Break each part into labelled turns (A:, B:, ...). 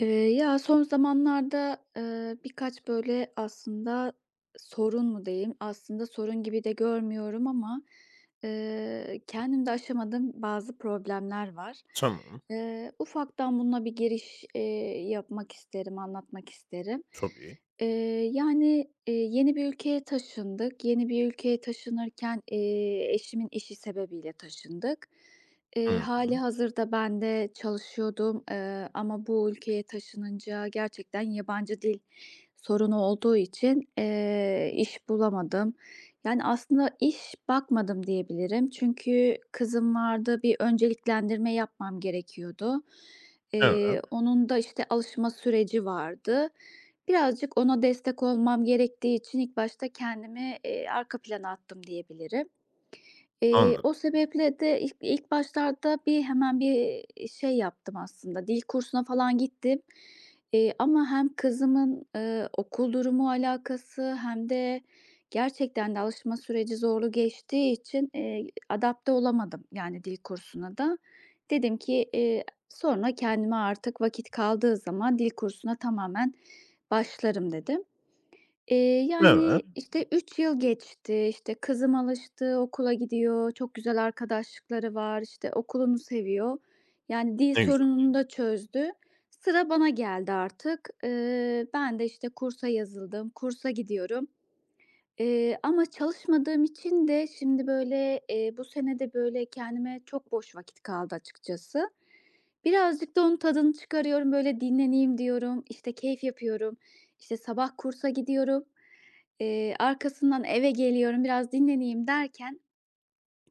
A: Eee, ya, son zamanlarda, birkaç böyle aslında sorun mu diyeyim, aslında sorun gibi de görmüyorum ama, kendimde aşamadığım bazı problemler var.
B: Tamam.
A: Ufaktan bununla bir giriş, yapmak isterim, anlatmak isterim.
B: Tabii.
A: Yani, yeni bir ülkeye taşındık. Yeni bir ülkeye taşınırken, eşimin işi sebebiyle taşındık.
B: Hı
A: Hali
B: hı.
A: hazırda ben de çalışıyordum, ama bu ülkeye taşınınca gerçekten yabancı dil sorunu olduğu için, iş bulamadım. Yani, aslında iş bakmadım diyebilirim. Çünkü kızım vardı, bir önceliklendirme yapmam gerekiyordu.
B: Evet,
A: Onun da, işte, alışma süreci vardı. Birazcık ona destek olmam gerektiği için ilk başta kendimi, arka plana attım diyebilirim. Eee,
B: anladım.
A: o sebeple de ilk başlarda bir hemen bir şey yaptım aslında, dil kursuna falan gittim. Ama hem kızımın, okul durumu alakası hem de gerçekten de alışma süreci zorlu geçtiği için, adapte olamadım yani dil kursuna da. Dedim ki, sonra kendime artık vakit kaldığı zaman dil kursuna tamamen başlarım dedim. Eee,
B: Evet,
A: yani, işte, 3 yıl geçti, işte, kızım alıştı, okula gidiyor, çok güzel arkadaşlıkları var, işte, okulunu seviyor. Yani, dil
B: ne güzel.
A: sorununu da çözdü. Sıra bana geldi artık. Ben de, işte, kursa yazıldım, kursa gidiyorum. Ama çalışmadığım için de şimdi, böyle, bu sene de, böyle, kendime çok boş vakit kaldı açıkçası. Birazcık da onun tadını çıkarıyorum, böyle, dinleneyim diyorum, işte, keyif yapıyorum, işte, sabah kursa gidiyorum, arkasından eve geliyorum, biraz dinleneyim derken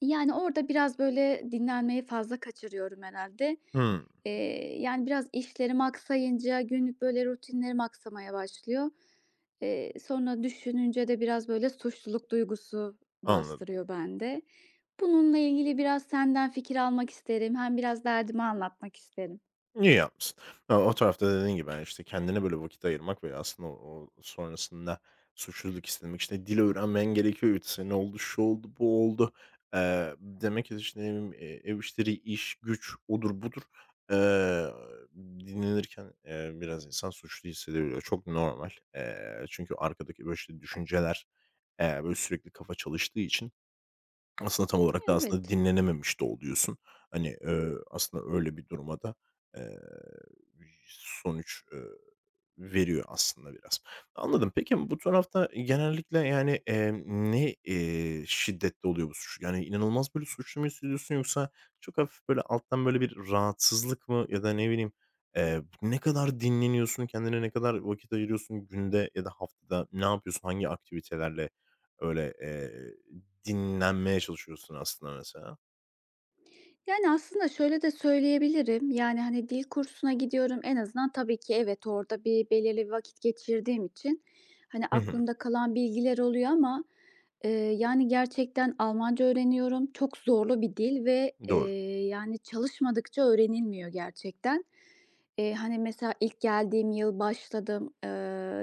A: yani, orada biraz, böyle, dinlenmeyi fazla kaçırıyorum herhâlde.
B: Hımm,
A: Yani, biraz işlerim aksayınca günlük, böyle, rutinlerim aksamaya başlıyor. Sonra düşününce de biraz, böyle, suçluluk duygusu
B: anladım.
A: bastırıyor bende. Bununla ilgili biraz senden fikir almak isterim. Hem biraz derdimi anlatmak isterim.
B: İyi yapmışsın. A, o tarafta dediğin gibi, hani, işte, kendine böyle vakit ayırmak ve aslında o sonrasında suçluluk istememek, işte, dil öğrenmen gerekiyor, İşte ne oldu, şu oldu, bu oldu. Demek ki, işte, ne bileyim, ev işleri, iş, güç, odur budur. Eee, Dinlenirken, biraz insan suçlu hissedebiliyor. Çok normal. Çünkü arkadaki, böyle, işte, düşünceler, böyle, sürekli kafa çalıştığı için aslında tam olarak da aslında
A: Evet.
B: dinlenememiş de oluyorsun. Hani, aslında öyle bir duruma da, eee, sonuç, veriyor aslında biraz. Anladım. Peki bu tarafta genellikle, yani, ne, şiddette oluyor bu suç? Yani, inanılmaz böyle suçlu mu hissediyorsun yoksa çok hafif böyle alttan böyle bir rahatsızlık mı ya da ne bileyim, ne kadar dinleniyorsun, kendine ne kadar vakit ayırıyorsun günde ya da haftada? Ne yapıyorsun? Hangi aktivitelerle öyle, dinlenmeye çalışıyorsun aslında mesela.
A: Yani, aslında şöyle de söyleyebilirim, yani, hani, dil kursuna gidiyorum. En azından tabii ki evet, orada bir belirli bir vakit geçirdiğim için, hani,
B: Hı hı.
A: aklımda kalan bilgiler oluyor ama, eee, yani, gerçekten Almanca öğreniyorum. Çok zorlu bir dil ve,
B: Doğru.
A: yani, çalışmadıkça öğrenilmiyor gerçekten. Hani, mesela ilk geldiğim yıl başladım,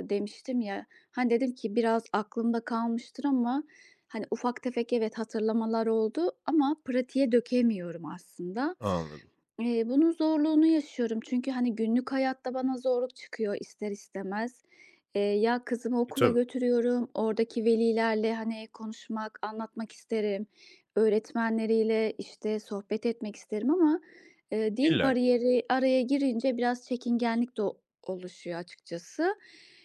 A: demiştim ya, hani, dedim ki biraz aklımda kalmıştır ama, hani, ufak tefek evet hatırlamalar oldu ama pratiğe dökemiyorum aslında.
B: Anladım.
A: Bunun zorluğunu yaşıyorum çünkü, hani, günlük hayatta bana zorluk çıkıyor ister istemez. Ya kızımı
B: E,
A: okula
B: tabii.
A: götürüyorum, oradaki velilerle, hani, konuşmak, anlatmak isterim. Öğretmenleriyle, işte, sohbet etmek isterim, ama dil
B: İlla ki.
A: bariyeri araya girince biraz çekingenlik de o oluşuyor açıkçası.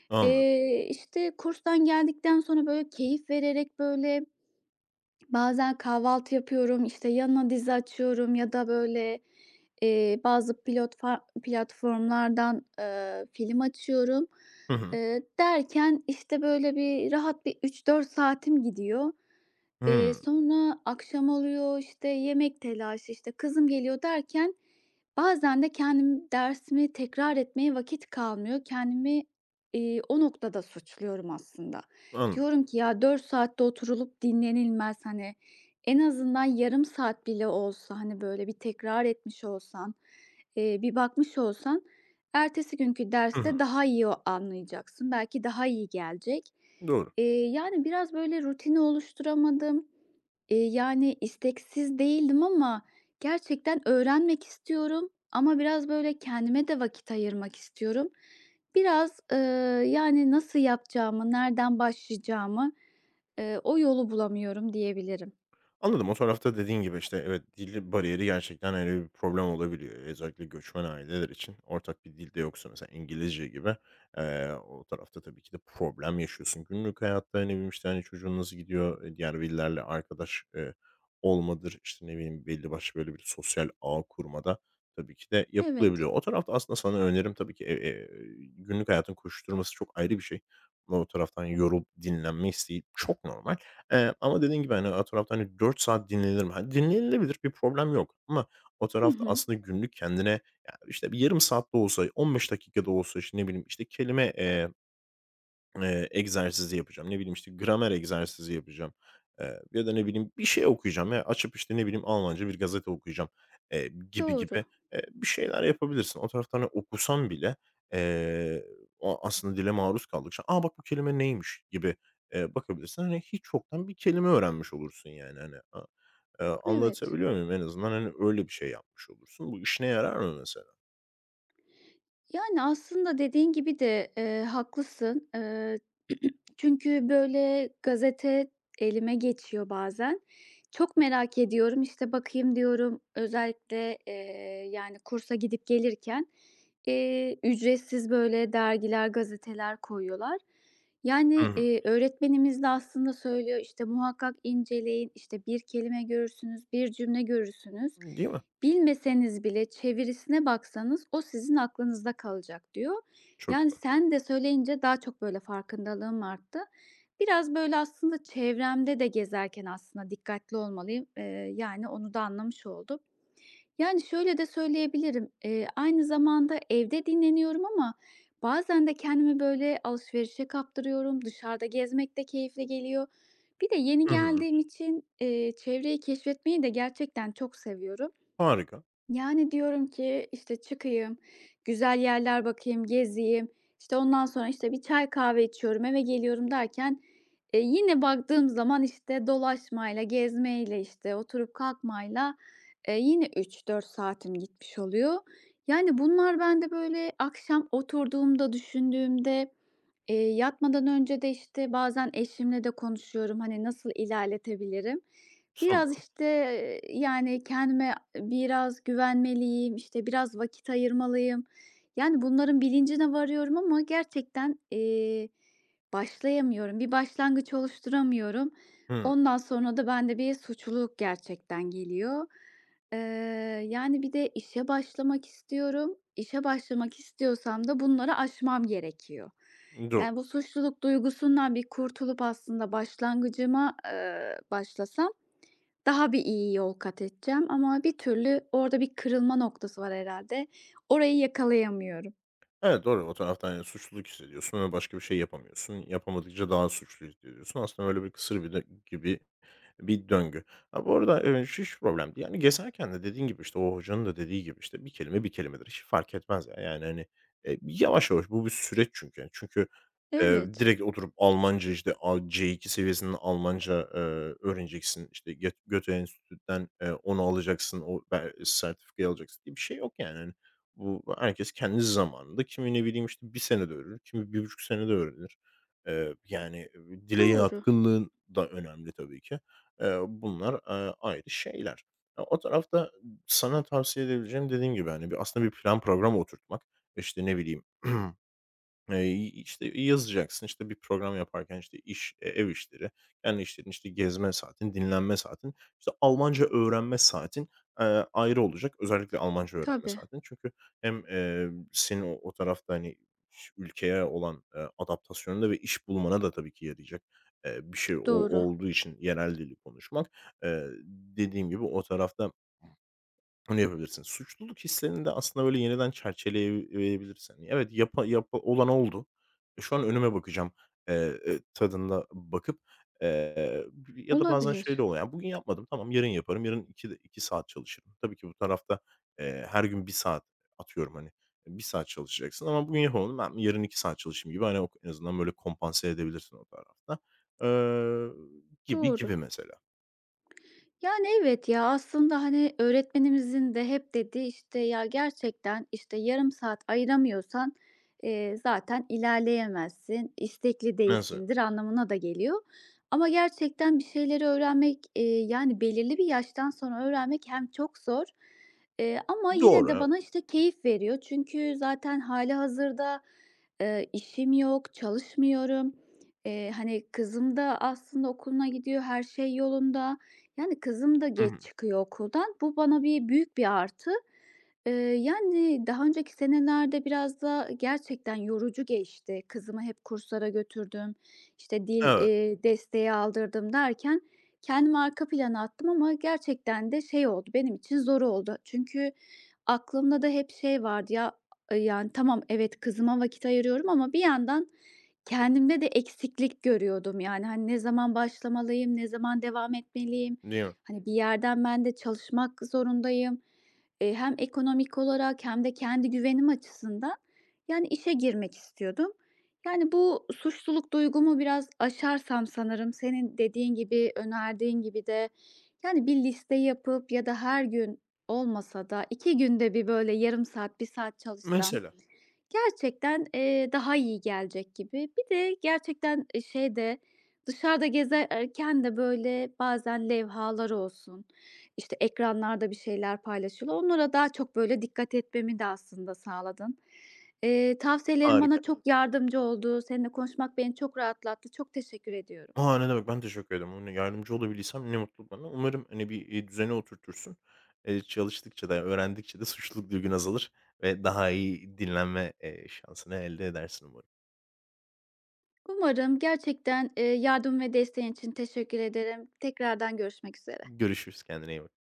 B: Anladım.
A: İşte, kurstan geldikten sonra, böyle, keyif vererek, böyle, bazen kahvaltı yapıyorum, işte, yanına dizi açıyorum ya da, böyle, bazı pilotfa platformlardan, film açıyorum.
B: Hı hı.
A: Derken, işte, böyle, bir rahat bir 3-4 saatim gidiyor.
B: Hımm.
A: Sonra akşam oluyor, işte, yemek telaşı, işte, kızım geliyor derken bazen de kendim dersimi tekrar etmeye vakit kalmıyor. Kendimi, o noktada suçluyorum aslında.
B: Anladım.
A: Diyorum ki ya 4 saatte oturulup dinlenilmez, hani, en azından yarım saat bile olsa, hani, böyle, bir tekrar etmiş olsan, bir bakmış olsan ertesi günkü
B: Hı hı.
A: derste daha iyi o anlayacaksın. Belki daha iyi gelecek.
B: Doğru.
A: Yani, biraz, böyle, rutini oluşturamadım. Yani, isteksiz değildim ama gerçekten öğrenmek istiyorum ama biraz, böyle, kendime de vakit ayırmak istiyorum. Biraz, yani, nasıl yapacağımı, nereden başlayacağımı, o yolu bulamıyorum diyebilirim.
B: Anladım. O tarafta dediğin gibi, işte, evet, dil bariyeri gerçekten öyle bir problem olabiliyor. Özellikle göçmen aileler için ortak bir dilde yoksa mesela İngilizce gibi, o tarafta tabii ki de problem yaşıyorsun. Günlük hayatta, ne bileyim, işte, hani, çocuğun nasıl gidiyor, diğer velilerle arkadaş, olmadır, işte, ne bileyim, belli başlı böyle bir sosyal ağ kurmada tabii ki de
A: Evet.
B: yapılabiliyor. O tarafta aslında sana önerim tabii ki, günlük hayatın koşuşturması çok ayrı bir şey. O taraftan yorulup dinlenme isteği çok normal. Ama dediğin gibi, hani, o tarafta, hani, 4 saat dinlenilir mi? Hani, dinlenilebilir, bir problem yok ama o
A: Hı
B: tarafta
A: hı.
B: aslında günlük kendine, ya, işte, bir yarım saat de olsa, 15 dakika da olsa, işte, ne bileyim, işte, kelime, egzersizi yapacağım. Ne bileyim, işte, gramer egzersizi yapacağım, ya da ne bileyim bir şey okuyacağım ya açıp, işte, ne bileyim Almanca bir gazete okuyacağım, gibi
A: Doğru.
B: gibi, bir şeyler yapabilirsin. O taraftan hani, okusan bile, eee, o aslında dile maruz kaldıkça, "Aa bak bu kelime neymiş?" gibi, bakabilirsin. Hani, hiç yoktan bir kelime öğrenmiş olursun yani, hani. A
A: Evet.
B: Anlatabiliyor muyum? En azından, hani, öyle bir şey yapmış olursun. Bu işine yarar mı mesela?
A: Yani, aslında dediğin gibi de, haklısın. Çünkü, böyle, gazete elime geçiyor bazen. Çok merak ediyorum, işte, bakayım diyorum. Özellikle, yani, kursa gidip gelirken, ücretsiz, böyle, dergiler, gazeteler koyuyorlar.
B: Hı
A: Yani,
B: hı.
A: öğretmenimiz de aslında söylüyor, işte, "Muhakkak inceleyin, işte, bir kelime görürsünüz, bir cümle görürsünüz."
B: Değil mi?
A: Bilmeseniz bile çevirisine baksanız o sizin aklınızda kalacak diyor.
B: Çok
A: Yani sen de söyleyince daha çok böyle farkındalığım arttı. Biraz böyle aslında çevremde de gezerken aslında dikkatli olmalıyım. Yani onu da anlamış oldum. Yani şöyle de söyleyebilirim. Aynı zamanda evde dinleniyorum ama bazen de kendimi böyle alışverişe kaptırıyorum. Dışarıda gezmek de keyifli geliyor. Bir de yeni
B: Hı hı.
A: geldiğim için çevreyi keşfetmeyi de gerçekten çok seviyorum.
B: Harika.
A: Yani, diyorum ki, işte, çıkayım, güzel yerler bakayım, gezeyim, işte, ondan sonra, işte, bir çay kahve içiyorum, eve geliyorum derken, yine baktığım zaman, işte, dolaşmayla, gezmeyle, işte, oturup kalkmayla, yine üç dört saatim gitmiş oluyor. Yani, bunlar bende, böyle, akşam oturduğumda, düşündüğümde, yatmadan önce de, işte, bazen eşimle de konuşuyorum, hani, nasıl ilerletebilirim. Biraz,
B: Tamam.
A: işte, yani, kendime biraz güvenmeliyim, işte, biraz vakit ayırmalıyım. Yani, bunların bilincine varıyorum ama gerçekten, başlayamıyorum. Bir başlangıç oluşturamıyorum.
B: Hıı.
A: Ondan sonra da bende bir suçluluk gerçekten geliyor. Eee, yani, bir de işe başlamak istiyorum. İşe başlamak istiyorsam da bunları aşmam gerekiyor.
B: Do
A: Yani, bu suçluluk duygusundan bir kurtulup aslında başlangıcıma, başlasam daha bir iyi yol kat edeceğim ama bir türlü orada bir kırılma noktası var herhalde. Orayı yakalayamıyorum.
B: Evet, doğru. O taraftan, yani, suçluluk hissediyorsun ve başka bir şey yapamıyorsun. Yapamadıkça daha suçlu hissediyorsun. Aslında öyle bir kısır bir de gibi bir döngü. Ha, bu arada, şu hiç problem değil. Yani, gezerken de dediğin gibi, işte, o hocanın da dediği gibi, işte, bir kelime bir kelimedir. Hiç fark etmez ya. Yani, hani, yavaş yavaş bu bir süreç çünkü. Yani, çünkü,
A: Evet,
B: direkt oturup Almanca, işte, A C2 seviyesinde Almanca, öğreneceksin. İşte, Goethe Enstitü'den, onu alacaksın, o sertifikayı alacaksın diye bir şey yok yani, hani. Bu herkes kendi zamanında kimi, ne bileyim, işte, 1 senede öğrenir, kimi 1,5 senede öğrenir. Yani, dile
A: doğru.
B: yatkınlığın da önemli tabii ki. Bunlar, ayrı şeyler. O tarafta sana tavsiye edebileceğim dediğim gibi, hani, bir aslında bir plan program oturtmak, işte, ne bileyim Eee, işte, yazacaksın, işte, bir program yaparken, işte, iş, ev işleri, kendi işlerin, işte, gezme saatin, dinlenme saatin, işte, Almanca öğrenme saatin, ayrı olacak. Özellikle Almanca öğrenme
A: Tabii,
B: saatin. Çünkü hem, senin o tarafta, hani, ülkeye olan, adaptasyonunda ve iş bulmana da tabii ki yarayacak, bir şey o
A: doğru.
B: olduğu için yerel dili konuşmak. Dediğim gibi o tarafta onu yapabilirsin. Suçluluk hislerini de aslında böyle yeniden çerçeveleyebilirsin. Hani, evet, yapa yapa olan oldu. Şu an önüme bakacağım, tadında bakıp, eee, ya da bazen şey de
A: Olabilir.
B: oluyor. Yani bugün yapmadım, tamam yarın yaparım. Yarın iki de 2 saat çalışırım. Tabii ki bu tarafta, her gün bir saat atıyorum hani, bir saat çalışacaksın ama bugün yapamadım. Ben yarın 2 saat çalışayım gibi hani en azından böyle kompanse edebilirsin o tarafta. Eee, Gibi
A: Doğru.
B: gibi mesela.
A: Yani, evet, ya, aslında, hani, öğretmenimizin de hep dediği, işte, ya, gerçekten, işte, yarım saat ayıramıyorsan, zaten ilerleyemezsin, istekli
B: Mesela.
A: değilsindir anlamına da geliyor. Ama gerçekten bir şeyleri öğrenmek, yani, belirli bir yaştan sonra öğrenmek hem çok zor, ama yine
B: Doğru.
A: de
B: Evet.
A: bana, işte, keyif veriyor. Çünkü zaten hâlihazırda, işim yok, çalışmıyorum. Hani, kızım da aslında okuluna gidiyor, her şey yolunda. Yani, kızım da
B: Hı hı.
A: geç çıkıyor okuldan. Bu bana bir büyük bir artı. Yani, daha önceki senelerde biraz da gerçekten yorucu geçti. Kızımı hep kurslara götürdüm, işte, dil,
B: Evet.
A: desteği aldırdım derken kendimi arka plana attım ama gerçekten de şey oldu, benim için zor oldu. Çünkü aklımda da hep şey vardı, ya, yani, tamam, evet, kızıma vakit ayırıyorum ama bir yandan kendimde de eksiklik görüyordum. Yani, hani, ne zaman başlamalıyım, ne zaman devam etmeliyim?
B: Değil mi?
A: Hani, bir yerden ben de çalışmak zorundayım. Hem ekonomik olarak hem de kendi güvenim açısından, yani, işe girmek istiyordum. Yani, bu suçluluk duygumu biraz aşarsam sanırım senin dediğin gibi, önerdiğin gibi de, yani, bir liste yapıp ya da her gün olmasa da 2 günde bir böyle yarım saat, bir saat çalışsam
B: Mesela.
A: Gerçekten, daha iyi gelecek gibi. Bir de gerçekten, şeyde, dışarıda gezerken de, böyle, bazen levhalar olsun, işte, ekranlarda bir şeyler paylaşılıyor. Onlara daha çok, böyle, dikkat etmemi de aslında sağladın. Tavsiyelerin
B: Harika.
A: bana çok yardımcı oldu. Seninle konuşmak beni çok rahatlattı. Çok teşekkür ediyorum.
B: A! Ne demek, ben teşekkür ederim. Hani, yardımcı olabildiysem ne mutlu bana. Umarım, hani, bir, düzene oturtursun. Çalıştıkça da öğrendikçe de suçluluk duygun azalır ve daha iyi dinlenme, şansını elde edersin umarım.
A: Umarım gerçekten, yardım ve desteğin için teşekkür ederim. Tekrardan görüşmek üzere.
B: Görüşürüz, kendine iyi bak.